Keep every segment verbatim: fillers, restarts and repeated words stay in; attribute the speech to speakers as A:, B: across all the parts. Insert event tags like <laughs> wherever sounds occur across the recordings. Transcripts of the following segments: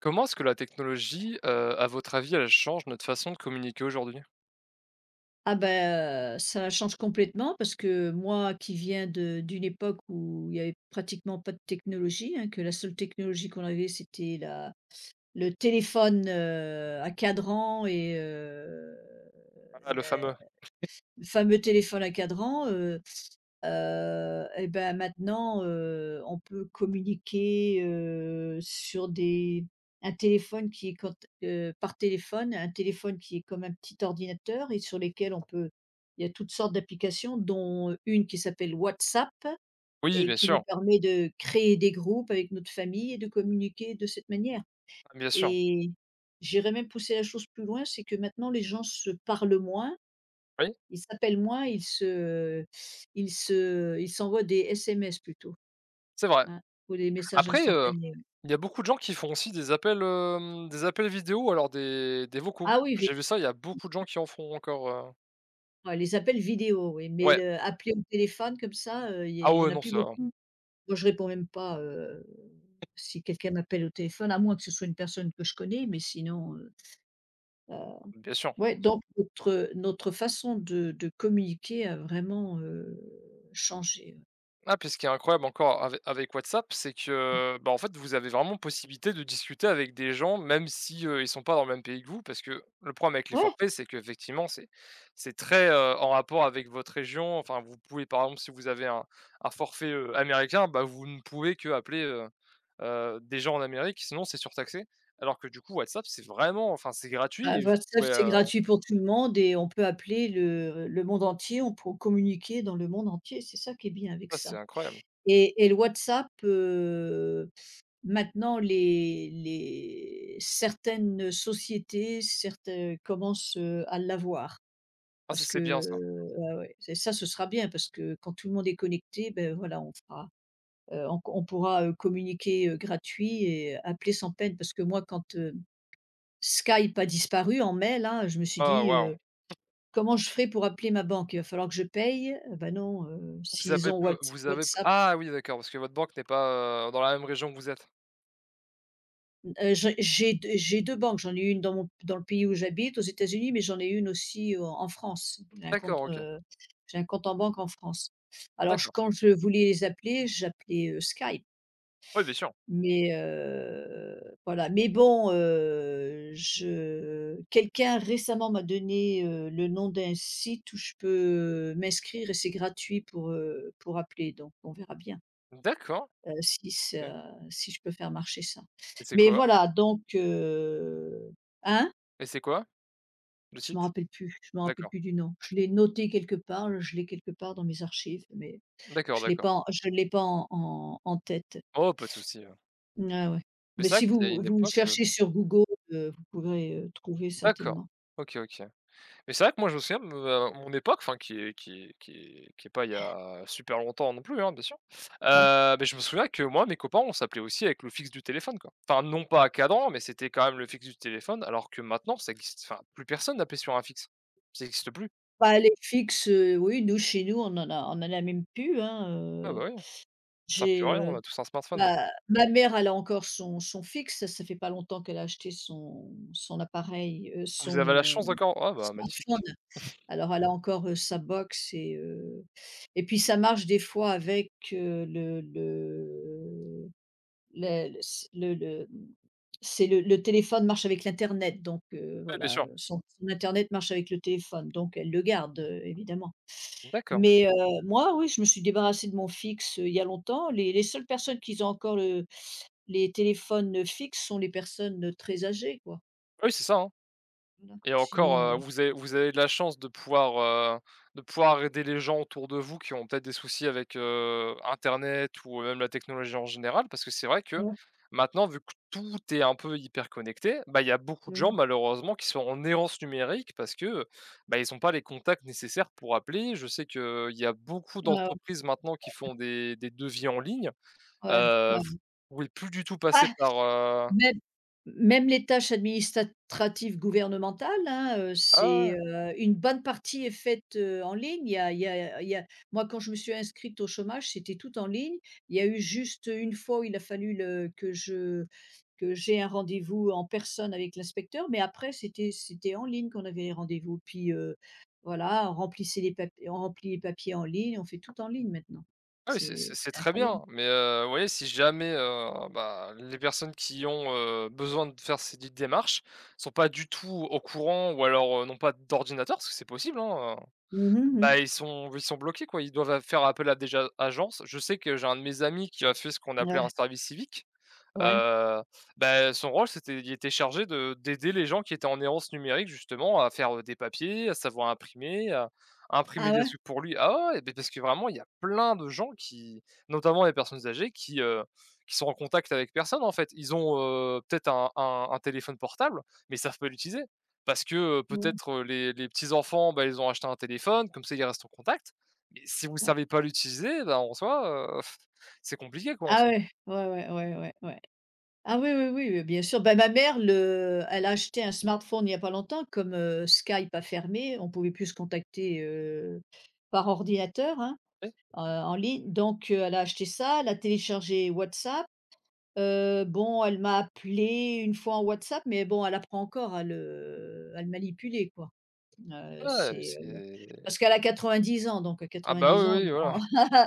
A: Comment est-ce que la technologie, heu, à votre avis, elle change notre façon de communiquer aujourd'hui?
B: Ah ben, heu, ça change complètement parce que moi qui viens de d'une époque où il y avait pratiquement pas de technologie, hein, que la seule technologie qu'on avait c'était la le téléphone, heu, à cadran et heu,
A: Ah, le fameux.
B: le fameux téléphone à cadran. Heu heu et ben maintenant, heu, on peut communiquer, heu, sur des un téléphone qui est quand heu, par téléphone, un téléphone qui est comme un petit ordinateur et sur lesquels on peut il y a toutes sortes d'applications dont une qui s'appelle WhatsApp
A: Oui,
B: et
A: bien
B: qui nous
A: sûr.
B: permet de créer des groupes avec notre famille et de communiquer de cette manière.
A: Ah, bien sûr.
B: Et j'irais même pousser la chose plus loin, c'est que maintenant les gens se parlent moins,
A: Oui,
B: ils s'appellent moins, ils se ils se ils s'envoient des S M S plutôt,
A: c'est vrai.
B: hein, ou des messages
A: Après, heu,
B: instantanés, ouais.
A: il y a beaucoup de gens qui font aussi des appels, hem, des appels vidéo ou alors des des vocaux.
B: Ah oui, vé
A: J'ai vu ça, il y a beaucoup de gens qui en font encore, heu
B: ouais, les appels vidéo, oui, mais
A: ouais.
B: le appeler au téléphone comme ça, heu, il
A: Ah
B: y a
A: ouais,
B: en a
A: non,
B: plus
A: ça
B: beaucoup. Moi, je réponds même pas, heu, si quelqu'un m'appelle au téléphone, à moins que ce soit une personne que je connais, mais sinon, heu heu,
A: bien sûr.
B: ouais, donc notre notre façon de de communiquer a vraiment, heu, changé, ouais.
A: Ah, puis ce qui est incroyable encore ave avec WhatsApp, c'est que, bah, en fait, vous avez vraiment possibilité de discuter avec des gens, même si, heu, ils sont pas dans le même pays que vous. Parce que le problème avec les
B: Ouais!
A: forfaits, c'est qu'effectivement, c'est c'est très, heu, en rapport avec votre région. Enfin, vous pouvez, par exemple, si vous avez un un forfait, heu, américain, bah, vous ne pouvez qu'appeler, heu heu, des gens en Amérique, sinon c'est surtaxé. Alors que du coup, WhatsApp, c'est vraiment enfin, c'est gratuit
B: Bah,
A: et vous
B: WhatsApp,
A: pouvez,
B: c'est
A: heu,
B: gratuit pour tout le monde et on peut appeler le le monde entier, on peut communiquer dans le monde entier, c'est ça qui est bien avec
A: ah, c'est
B: ça.
A: incroyable.
B: Et et le WhatsApp, heu, maintenant les les certaines sociétés, certaines commencent, heu, à l'avoir
A: Ah, ça,
B: parce que,
A: c'est bien ça.
B: heu, ouais, ouais, c'est ça, ce sera bien parce que quand tout le monde est connecté, ben voilà, on fera, heu, on on pourra, heu, communiquer, heu, gratuit et appeler sans peine parce que moi quand, heu, Skype a disparu en mai là, je me suis
A: Ah,
B: dit,
A: waouh!
B: euh, comment je ferai pour appeler ma banque? Il va falloir que je paye? Heu, bah, non, heu,
A: Vous
B: s'ils
A: avez
B: ont
A: peu
B: Whats
A: vous avez p
B: WhatsApp,
A: ah oui d'accord, parce que votre banque n'est pas, heu, dans la même région que vous êtes.
B: heu, j'ai j'ai deux j'ai deux banques. J'en ai une dans mon dans le pays où j'habite, aux États-Unis, mais j'en ai une aussi en en France. J'ai un
A: D'accord,
B: compte,
A: OK.
B: heu, j'ai un compte en banque en France. Alors je
A: D'accord.
B: quand je voulais les appeler, j'appelais, heu, Skype,
A: Oui, bien sûr.
B: mais heu, voilà, mais bon, heu, je quelqu'un récemment m'a donné, heu, le nom d'un site où je peux euh, m'inscrire et c'est gratuit pour, heu, pour appeler, donc on verra bien.
A: D'accord,
B: Heu, si
A: OK.
B: ça si je peux faire marcher ça.
A: Et c'est
B: Mais
A: quoi
B: voilà donc heu hein?
A: et c'est quoi le
B: Je ne me
A: site?
B: rappelle plus, je me rappelle
A: D'accord.
B: plus du nom. Je l'ai noté quelque part, je l'ai quelque part dans mes archives, mais
A: D'accord,
B: je ne l'ai
A: d'accord.
B: pas en je l'ai pas en en en tête.
A: Oh, pas de souci, heu,
B: Ah ouais.
A: mais
B: Mais
A: c'est vrai
B: si
A: qu'il y a
B: vous
A: une
B: vous
A: époque, heu
B: cherchez sur Google, heu, vous pourrez, heu, trouver
A: d'accord.
B: certainement.
A: OK, OK. Mais c'est vrai que moi je me souviens de à mon époque, enfin qui est qui est qui est qui est pas il y a super longtemps non plus, hein, bien sûr.
B: Hein?
A: Heu, beh, je me souviens que moi, mes copains, on s'appelait aussi avec le fixe du téléphone, quoi. Enfin non pas à cadran, mais c'était quand même le fixe du téléphone, alors que maintenant ça existe enfin plus personne n'appelle sur un fixe. Ça n'existe plus.
B: Bah, les fixes, heu, oui, nous, chez nous, on en a on en a même plus, hein,
A: Ah
B: heu,
A: bah, oui, ça ne sert
B: j'ai,
A: plus à rien, on
B: heu
A: a tous un smartphone.
B: Ma ma mère, elle a encore son son fixe, ça fait pas longtemps qu'elle a acheté son son appareil, heu,
A: Vous avez la chance
B: son
A: encore? Ah bah,
B: smartphone.
A: magnifique.
B: Alors elle a encore, heu, sa box. Et heu et puis ça marche des fois avec, heu, le le le le s le le, mmh, c'est, le le téléphone marche avec l'internet, donc heu,
A: Oui, bien
B: voilà,
A: sûr.
B: son son internet marche avec le téléphone, donc elle le garde, heu, évidemment.
A: D'accord.
B: Mais heu, moi, oui, je me suis débarrassée de mon fixe, heu, il y a longtemps. Les les seules personnes qui ont encore le les téléphones, heu, fixes sont les personnes, heu, très âgées, quoi.
A: Ah oui, c'est ça, hein.
B: Voilà,
A: Et encore,
B: sinon, heu
A: heu, vous avez vous avez de la chance de pouvoir, heu, de pouvoir aider les gens autour de vous qui ont peut-être des soucis avec, heu, internet ou euh, même la technologie en général. Parce que c'est vrai que
B: Mmh.
A: maintenant, vu que tout est un peu hyper connecté, bah, il y a beaucoup de gens
B: Mmh.
A: malheureusement qui sont en errance numérique parce que, bah, ils ont pas les contacts nécessaires pour appeler. Je sais qu'il y a beaucoup
B: Ouais,
A: d'entreprises maintenant qui font des des devis en ligne.
B: ouais,
A: Heu,
B: ouais,
A: vous pouvez plus du tout
B: ouais.
A: passer par, heu
B: Même même les tâches administratives gouvernementales, hein, heu,
A: ah ouais,
B: c'est,
A: ouais.
B: heu, une bonne partie est faite, heu, en ligne. Il y a il y a il y a Moi, quand je me suis inscrite au chômage, c'était tout en ligne. Il y a eu juste une fois où il a fallu le que je que j'ai un rendez-vous en personne avec l'inspecteur, mais après c'était c'était en ligne qu'on avait les rendez-vous. Puis, heu, voilà, on remplissait les papiers, on remplit les papiers en ligne, on fait tout en ligne maintenant.
A: Ah oui, c'est
B: C'est
A: c'est c'est
B: c'est
A: très
B: incroyable.
A: bien, mais heu, vous voyez, si jamais, heu, bah, les personnes qui ont, heu, besoin de faire ces dites démarches sont pas du tout au courant ou alors, heu, n'ont pas d'ordinateur, parce que c'est possible, hein, heu,
B: Mmh mh, mmh.
A: bah, ils sont ils sont bloqués, quoi. Ils doivent faire appel à des ja agences. Je sais que j'ai un de mes amis qui a fait ce qu'on appelait un
B: Ouais,
A: service civique.
B: ouais.
A: Heu, Bah, son rôle, c'était il était chargé de d'aider les gens qui étaient en errance numérique justement à faire, heu, des papiers, à savoir imprimer, à imprimer
B: Ah
A: des
B: ouais?
A: trucs pour lui. Ah ouais, ouais, parce que vraiment, il y a plein de gens qui notamment les personnes âgées qui, heu, qui sont en contact avec personne, en fait. Ils ont, heu, peut-être un un un téléphone portable, mais ils savent pas l'utiliser parce que, heu,
B: Mmh.
A: peut-être, heu, les les petits enfants, bah, ils ont acheté un téléphone, comme ça, ils restent en contact. Mais si vous
B: Ouais.
A: savez pas l'utiliser, bah, en soi, heu, <laughs> c'est compliqué, quoi, en
B: Ah
A: somme.
B: ouais, ouais, ouais, ouais, ouais, ouais. Ah oui, oui, oui, oui, bien sûr. Ben ma mère, le elle a acheté un smartphone il n'y a pas longtemps, comme, heu, Skype a fermé, on pouvait plus se contacter, heu, par ordinateur, hein, heu, en ligne. Donc, heu, elle a acheté ça, elle a téléchargé WhatsApp. Heu, bon, elle m'a appelé une fois en WhatsApp, mais bon, elle apprend encore à le à le manipuler, quoi. Heu,
A: Ouais,
B: c'est, heu,
A: c'est
B: parce qu'elle a quatre-vingt-dix ans, donc
A: ah bah,
B: quatre-vingt-dix
A: oui,
B: ans,
A: oui, voilà.
B: on <laughs>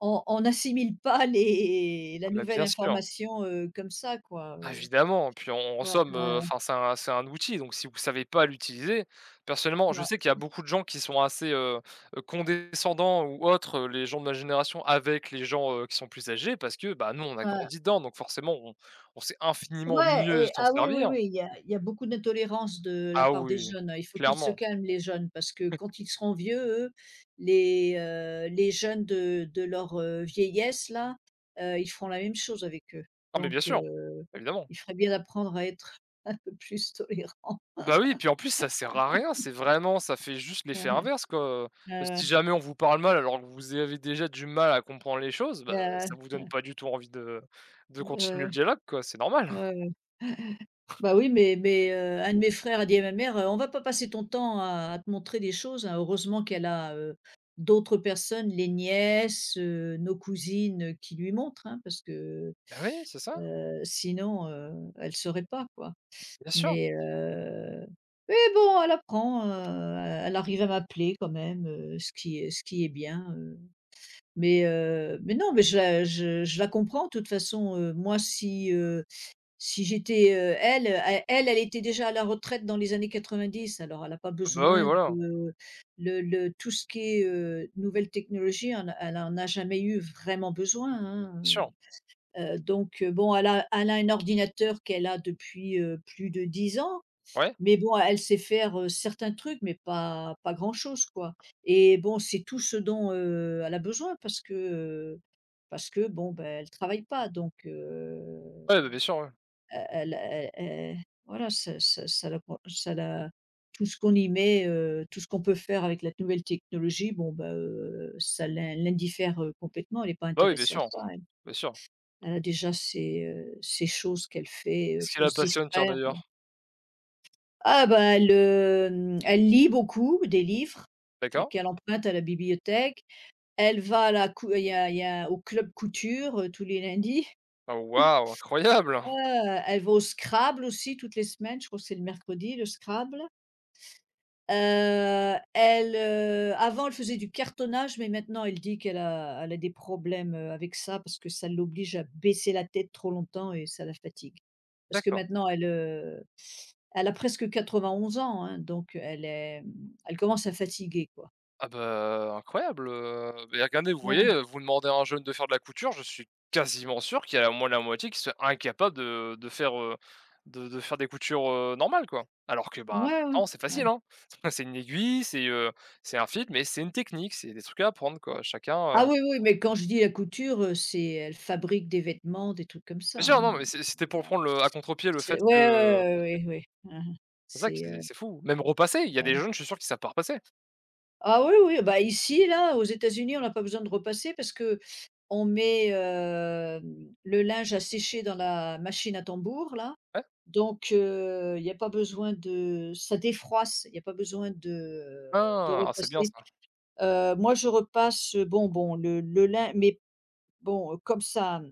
B: on on n'assimile pas les
A: Ah
B: la
A: bah,
B: nouvelle
A: bien sûr.
B: information, heu, comme ça quoi,
A: Ah,
B: heu,
A: évidemment, puis en en
B: ouais,
A: somme,
B: ouais, ouais,
A: heu, enfin, c'est un c'est un outil, donc si vous savez pas l'utiliser personnellement, je sais qu'il y a beaucoup de gens qui sont assez, heu heu, condescendants ou autres, heu, les gens de ma génération avec les gens, heu, qui sont plus âgés parce que, bah, nous, on a
B: ouais.
A: grandi dedans, donc forcément, on on sait infiniment
B: Ouais
A: mieux
B: et
A: s'en
B: ah oui, oui,
A: servir.
B: oui, il y a il y a beaucoup d'intolérance de la
A: Ah
B: part des
A: oui,
B: jeunes, hein. Il faut qu'ils se
A: clairement.
B: calment les jeunes parce que quand ils seront vieux, eux, les, heu, les jeunes de de leur, heu, vieillesse là, heu, ils feront la même chose avec eux.
A: Ah mais bien
B: Donc
A: sûr,
B: heu,
A: évidemment.
B: il ferait bien d'apprendre à être <laughs> un peu plus tolérant.
A: Bah, oui et puis en plus ça sert à rien, c'est vraiment ça fait juste l'effet
B: <laughs>
A: inverse quoi,
B: Hein,
A: si
B: hein.
A: jamais on vous parle mal alors que vous avez déjà du mal à comprendre les choses,
B: Ouais,
A: bah,
B: ouais.
A: ça vous donne pas du tout envie de de
B: Ouais, ouais.
A: continuer
B: Ouais,
A: le
B: ouais.
A: dialogue quoi, c'est normal.
B: Ouais, ouais. Bah, oui, mais mais, heu, un de mes frères a dit à ma mère: «Heu, on va pas passer ton temps à à te montrer des choses, hein». Heureusement qu'elle a, heu, d'autres personnes, les nièces, heu, nos cousines, heu, qui lui montrent, hein, parce que,
A: Bah, oui, c'est ça,
B: heu, sinon, heu, elle ne saurait pas, quoi.
A: bien sûr.
B: Mais, heu, mais bon, elle apprend, heu, elle arrive à m'appeler quand même, heu, ce qui est ce qui est bien, heu. Mais, heu, mais non, mais je la je je la comprends de toute façon, heu, moi si, heu. Si j'étais, heu, elle, heu, elle elle était déjà à la retraite dans les années quatre-vingt-dix. Alors elle n'a pas
A: Bah, oui
B: besoin
A: voilà,
B: de le le tout ce qui est, heu, nouvelles technologies, elle en elle en a jamais eu vraiment besoin, hein,
A: bien sûr,
B: heu. Donc heu, bon, elle a elle a un ordinateur qu'elle a depuis, heu, plus de dix ans,
A: ouais,
B: mais bon, elle sait faire, heu, certains trucs, mais pas pas grand-chose, quoi. Et bon, c'est tout ce dont, heu, elle a besoin parce que, heu, parce que bon, ben, elle travaille pas donc heu
A: ouais, bah, bien sûr, ouais.
B: heu heu, l heu voilà, ça ça ça la con ça la tout ce qu'on y met, heu, tout ce qu'on peut faire avec la nouvelle technologie, bon, bah, heu, ça l'in l'indiffère, heu, complètement. Elle n'est pas
A: Bah, oui, bien
B: intéressée à
A: sûr,
B: ça, elle.
A: bien sûr.
B: Elle a déjà ses, heu, ses choses qu'elle fait, heu,
A: Qu'est-ce qui
B: pour
A: la
B: se
A: passionne tiens
B: distraire.
A: d'ailleurs?
B: Ah bah, elle, hem, elle lit beaucoup, des livres, heu,
A: D'accord.
B: qu'elle emprunte à la bibliothèque. Elle va à la cou il y a il y a au club couture, heu, tous les lundis.
A: Ah waouh, incroyable!
B: Heu, Elle va au Scrabble aussi toutes les semaines, je crois que c'est le mercredi, le Scrabble. Heu, elle, heu, avant elle faisait du cartonnage, mais maintenant elle dit qu'elle a elle a des problèmes, heu, avec ça parce que ça l'oblige à baisser la tête trop longtemps et ça la fatigue. Parce que
A: D'accord.
B: maintenant elle, heu, elle a presque quatre-vingt-onze ans, hein, donc elle est, mmh, elle commence à fatiguer, quoi.
A: Ah bah, incroyable, heu, mais regardez, vous voyez,
B: Ouais.
A: heu, vous demandez à un jeune de faire de la couture, je suis quasiment sûr qu'il y a au moins la moitié qui serait incapable de de faire, heu, de de faire des coutures, heu, normales, quoi. Alors que, bah,
B: Ouais, ouais.
A: pourtant c'est
B: Ouais.
A: facile, hein. <laughs> C'est une aiguille, c'est, heu, c'est un fil, mais c'est une technique, c'est des trucs à apprendre, quoi. Chacun,
B: Ah
A: heu
B: oui, oui, mais quand je dis la couture, heu, c'est elle fabrique des vêtements, des trucs comme
A: bien
B: ça,
A: sûr, non,
B: hein.
A: mais c'est c'était pour prendre le à contre-pied le fait
B: C'est Ouais,
A: que
B: ouais, ouais, oui, oui. Mmh.
A: c'est ça qui
B: C'est,
A: est
B: heu
A: c'est fou. Même repasser, il y a des jeunes, je suis sûr qu'ils savent pas repasser.
B: Ah oui, oui, bah, ici, là, aux États-Unis, on n'a pas besoin de repasser parce que on met, hem, le linge à sécher dans la machine à tambour, là,
A: Ouais.
B: donc euh, il y a pas besoin de ça défroisse, il y a pas besoin de de
A: Ah! Ah, ah, c'est bien
B: repasser.
A: ça.
B: Heu, moi, je repasse, euh, bon bon, le le lin mais bon, euh, comme ça, mmh,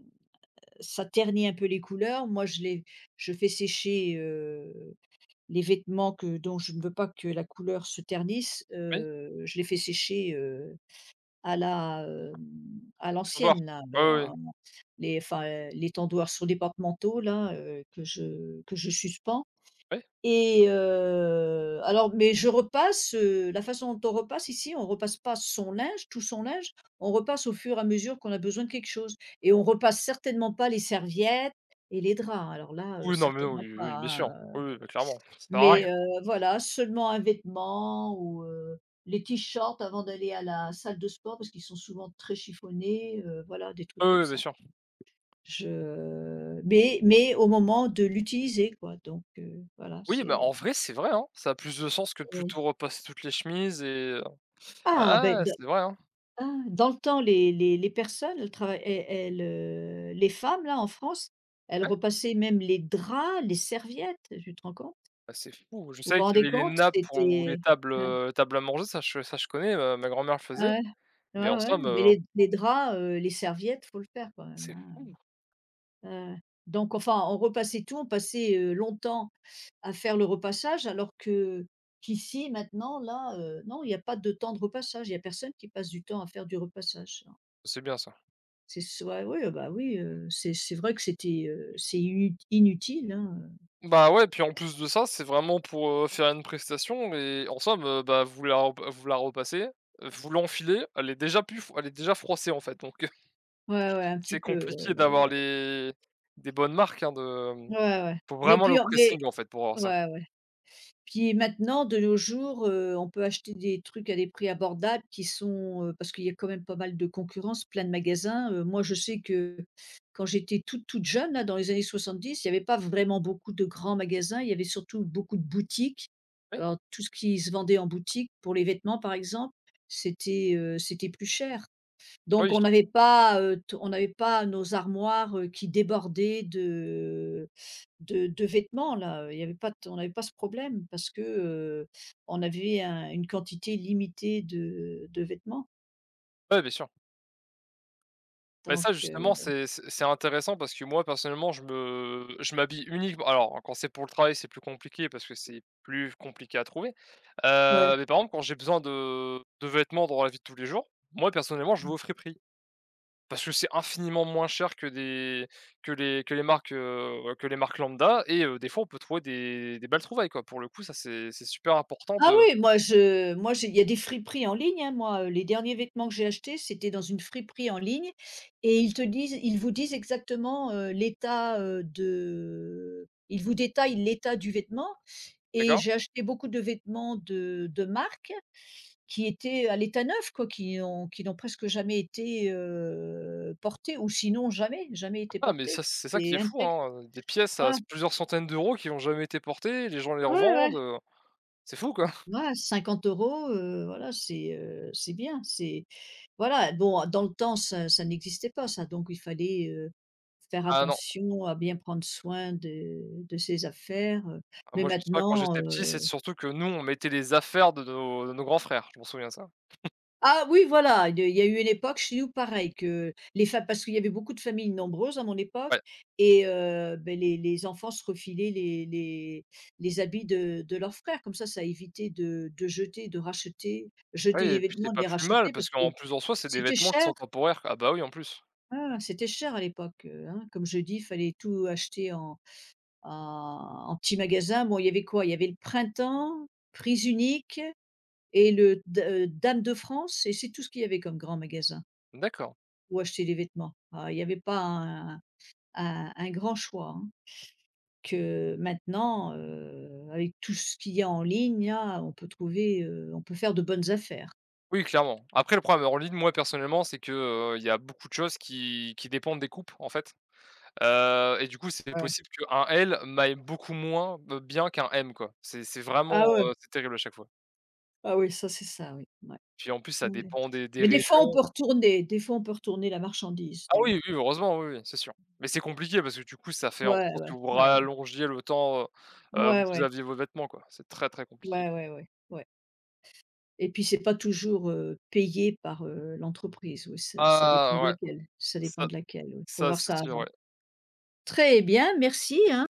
B: ça ternit un peu les couleurs, moi, je les je fais sécher, heu, les vêtements que dont je ne veux pas que la couleur se ternisse,
A: Oui,
B: heu, je les fais sécher, euh, à la, hem, à
A: c'est ton doigt.
B: l'ancienne là,
A: Oui,
B: heu,
A: oui, oui.
B: en les enfin, heu, les tendoirs sur des porte-manteaux là, heu, que je que je suspends
A: Oui.
B: et heu, alors mais je repasse, heu, la façon dont on repasse ici, on repasse pas son linge, tout son linge, on repasse au fur et à mesure qu'on a besoin de quelque chose et on repasse certainement pas les serviettes et les draps. Alors là, heu,
A: Oui, non, mais oui,
B: certainement
A: oui,
B: pas,
A: oui, bien
B: hein,
A: sûr. Oui,
B: euh.
A: oui, bah, clairement, ça sert à rien.
B: Mais heu, voilà, seulement un vêtement ou heu, les t-shirts avant d'aller à la salle de sport parce qu'ils sont souvent très chiffonnés, heu, voilà, des
A: Oui,
B: trucs comme
A: oui, bien
B: ça.
A: sûr.
B: Je mais mais au moment de l'utiliser quoi, donc heu, voilà,
A: Oui, bah, en
B: c'est.
A: vrai, c'est vrai, hein, ça a plus de sens que de
B: Mmh.
A: plutôt repasser toutes les chemises et
B: Ah ben,
A: ah,
B: de
A: c'est vrai, hein.
B: ah, dans le temps, les les les personnes, elles trava elles elles, heu, les femmes là, en France, elles
A: Ouais,
B: repassaient même les draps, les serviettes, tu te rends compte?
A: bah, c'est fou. Je
B: Vous vous
A: savais qu'il y
B: rendez
A: avait les
B: compte?
A: nappes pour ou les
B: C'était
A: tables,
B: Ouais,
A: heu, tables à manger, ça je ça je connais, ma ma grand-mère le faisait,
B: ouais.
A: mais
B: Ouais,
A: en
B: ouais,
A: somme,
B: mais
A: heu,
B: les les draps, heu, les serviettes, faut le faire quand même,
A: c'est
B: hein,
A: fou,
B: heu, donc enfin, on repassait tout, on passait, heu, longtemps à faire le repassage alors que qu'ici maintenant là, heu, non, il y a pas de temps de repassage, il y a personne qui passe du temps à faire du repassage, non.
A: c'est bien ça.
B: C'est soit Oui, ah bah, oui, heu, c'est c'est vrai que c'était, heu, c'est inut inutile, hein,
A: Bah, ouais, puis en plus de ça, c'est vraiment pour, heu, faire une prestation et en somme, heu, bah, vous la rep vous la repassez, euh, vous l'enfilez, elle est déjà plus f elle est déjà froissée, en fait, donc
B: ouais, ouais, un
A: c'est
B: petit peu, ouais,
A: compliqué
B: ouais,
A: d'avoir
B: ouais.
A: les des bonnes marques, hein, de, mmh,
B: Ouais, ouais,
A: faut
B: mais
A: vraiment
B: puis,
A: le
B: mais
A: pressing, en fait, pour avoir ça.
B: ouais, ouais. Puis maintenant, de nos jours, heu, on peut acheter des trucs à des prix abordables qui sont, heu parce qu'il y a quand même pas mal de concurrence, plein de magasins, heu, moi, je sais que quand j'étais toute, toute jeune là, dans les années soixante-dix, il n'y avait pas vraiment beaucoup de grands magasins, il y avait surtout beaucoup de boutiques.
A: Oui,
B: Alors tout ce qui se vendait en boutique pour les vêtements, par exemple, c'était, heu, c'était plus cher. Donc
A: oui,
B: on n'avait pas, heu, t on n'avait pas nos armoires, heu, qui débordaient de de de vêtements là, il y avait pas t on n'avait pas ce problème parce que, heu, on avait un une quantité limitée de de vêtements
A: ouais, bien sûr. Mais
B: donc
A: ça
B: heu
A: justement, c'est c'est c'est intéressant parce que moi, personnellement, je me je m'habille uniquement alors quand c'est pour le travail, c'est plus compliqué parce que c'est plus compliqué à trouver,
B: ouais.
A: heu, mais par contre, quand j'ai besoin de de vêtements dans la vie de tous les jours, moi, personnellement, je
B: Mmh.
A: vais aux prix. Parce que c'est infiniment moins cher que des que les que les marques, heu, que les marques lambda et heu, des fois, on peut trouver des des belles trouvailles, quoi. Pour le coup, ça, c'est c'est super important
B: Ah
A: de
B: oui, moi je moi j'ai il y a des friperies en ligne, hein, moi, heu, les derniers vêtements que j'ai achetés, c'était dans une friperie en ligne et ils te disent ils vous disent exactement, heu, l'état, heu, de ils vous détaillent l'état du vêtement. Et
A: d'accord?
B: j'ai acheté beaucoup de vêtements de de marques qui étaient à l'état neuf quoi, qui ont qui n'ont presque jamais été, heu, portés ou sinon jamais, jamais été
A: Ah, mais ça,
B: portés
A: c'est ça qui
B: et
A: est fou,
B: intègres.
A: hein, des pièces
B: Ouais,
A: à plusieurs centaines d'euros qui n'ont jamais été portées, les gens les
B: ouais, ouais,
A: revendent, heu, c'est fou, quoi. <laughs>
B: ouais, cinquante euros €, heu, voilà, c'est, heu, c'est bien, c'est voilà, bon, dans le temps, ça ça n'existait pas ça, donc il fallait, heu, faire
A: Ah non,
B: attention à bien prendre soin de de ses affaires, heu,
A: ah
B: mais
A: moi, je me souviens quand
B: maintenant,
A: j'étais petit, c'est surtout que nous, on mettait les affaires de nos de nos grands frères, je m'en souviens ça.
B: ah oui, voilà, il y a il y a eu une époque chez nous pareil que les femmes parce qu'il y avait beaucoup de familles nombreuses à mon époque
A: Ouais,
B: et heu, beh, les les enfants se refilaient les les les habits de de leurs frères. Comme ça, ça évitait de de jeter, de racheter,
A: oui
B: jeter des
A: et puis c'est
B: vêtements, de
A: pas
B: les
A: plus mal
B: racheter parce
A: parce
B: que
A: qu'en plus, en soi, c'est des
B: c'était
A: vêtements qui
B: cher.
A: sont temporaires. Ah bah oui, en plus.
B: Hein, c'était cher à l'époque, heu, hein. Comme je dis, il fallait tout acheter en en en petit magasin. Bon, il y avait quoi? Il y avait le Printemps, prise Unique et le D heu, Dame de France et c'est tout ce qu'il y avait comme grand magasin.
A: D'accord.
B: Ou acheter des vêtements. Ah, il y avait pas un un un grand choix, hein, que maintenant, heu, avec tout ce qu'il y a en ligne là, on peut trouver, heu, on peut faire de bonnes affaires.
A: Oui, clairement. Après le problème en ligne, moi personnellement, c'est que, heu, il y a beaucoup de choses qui qui dépendent des coupes, en fait. Heu et du coup, c'est
B: Ouais.
A: possible qu'un L m'aille beaucoup moins, heu, bien qu'un M, quoi. C'est c'est
B: Ah
A: vraiment,
B: ouais,
A: heu, c'est terrible à chaque fois.
B: ah oui, ça c'est ça, oui, ouais.
A: Puis en plus,
B: Ça
A: ça
B: ouais.
A: dépend des des
B: Mais des fois, on
A: régions.
B: peut retourner des fois, on peut retourner la marchandise
A: Ah oui,
B: donc
A: oui, oui, heureusement, oui, oui, c'est sûr. Mais c'est compliqué parce que du coup, ça fait en
B: ouais,
A: sorte
B: ouais,
A: que vous
B: ouais, ouais.
A: rallongiez le temps, heu où
B: Ouais,
A: vous
B: ouais.
A: aviez vos vêtements, quoi. C'est très, très compliqué.
B: Ouais, ouais, ouais, ouais, et puis c'est pas toujours, heu, payé par, heu, l'entreprise, oui, c'est ça dépend
A: Ah
B: de
A: ouais,
B: laquelle, ça dépend
A: ça
B: de laquelle, oui. Faut
A: ça
B: voir
A: c'est
B: ça
A: sûr,
B: avant.
A: ouais.
B: Très bien, merci, hein.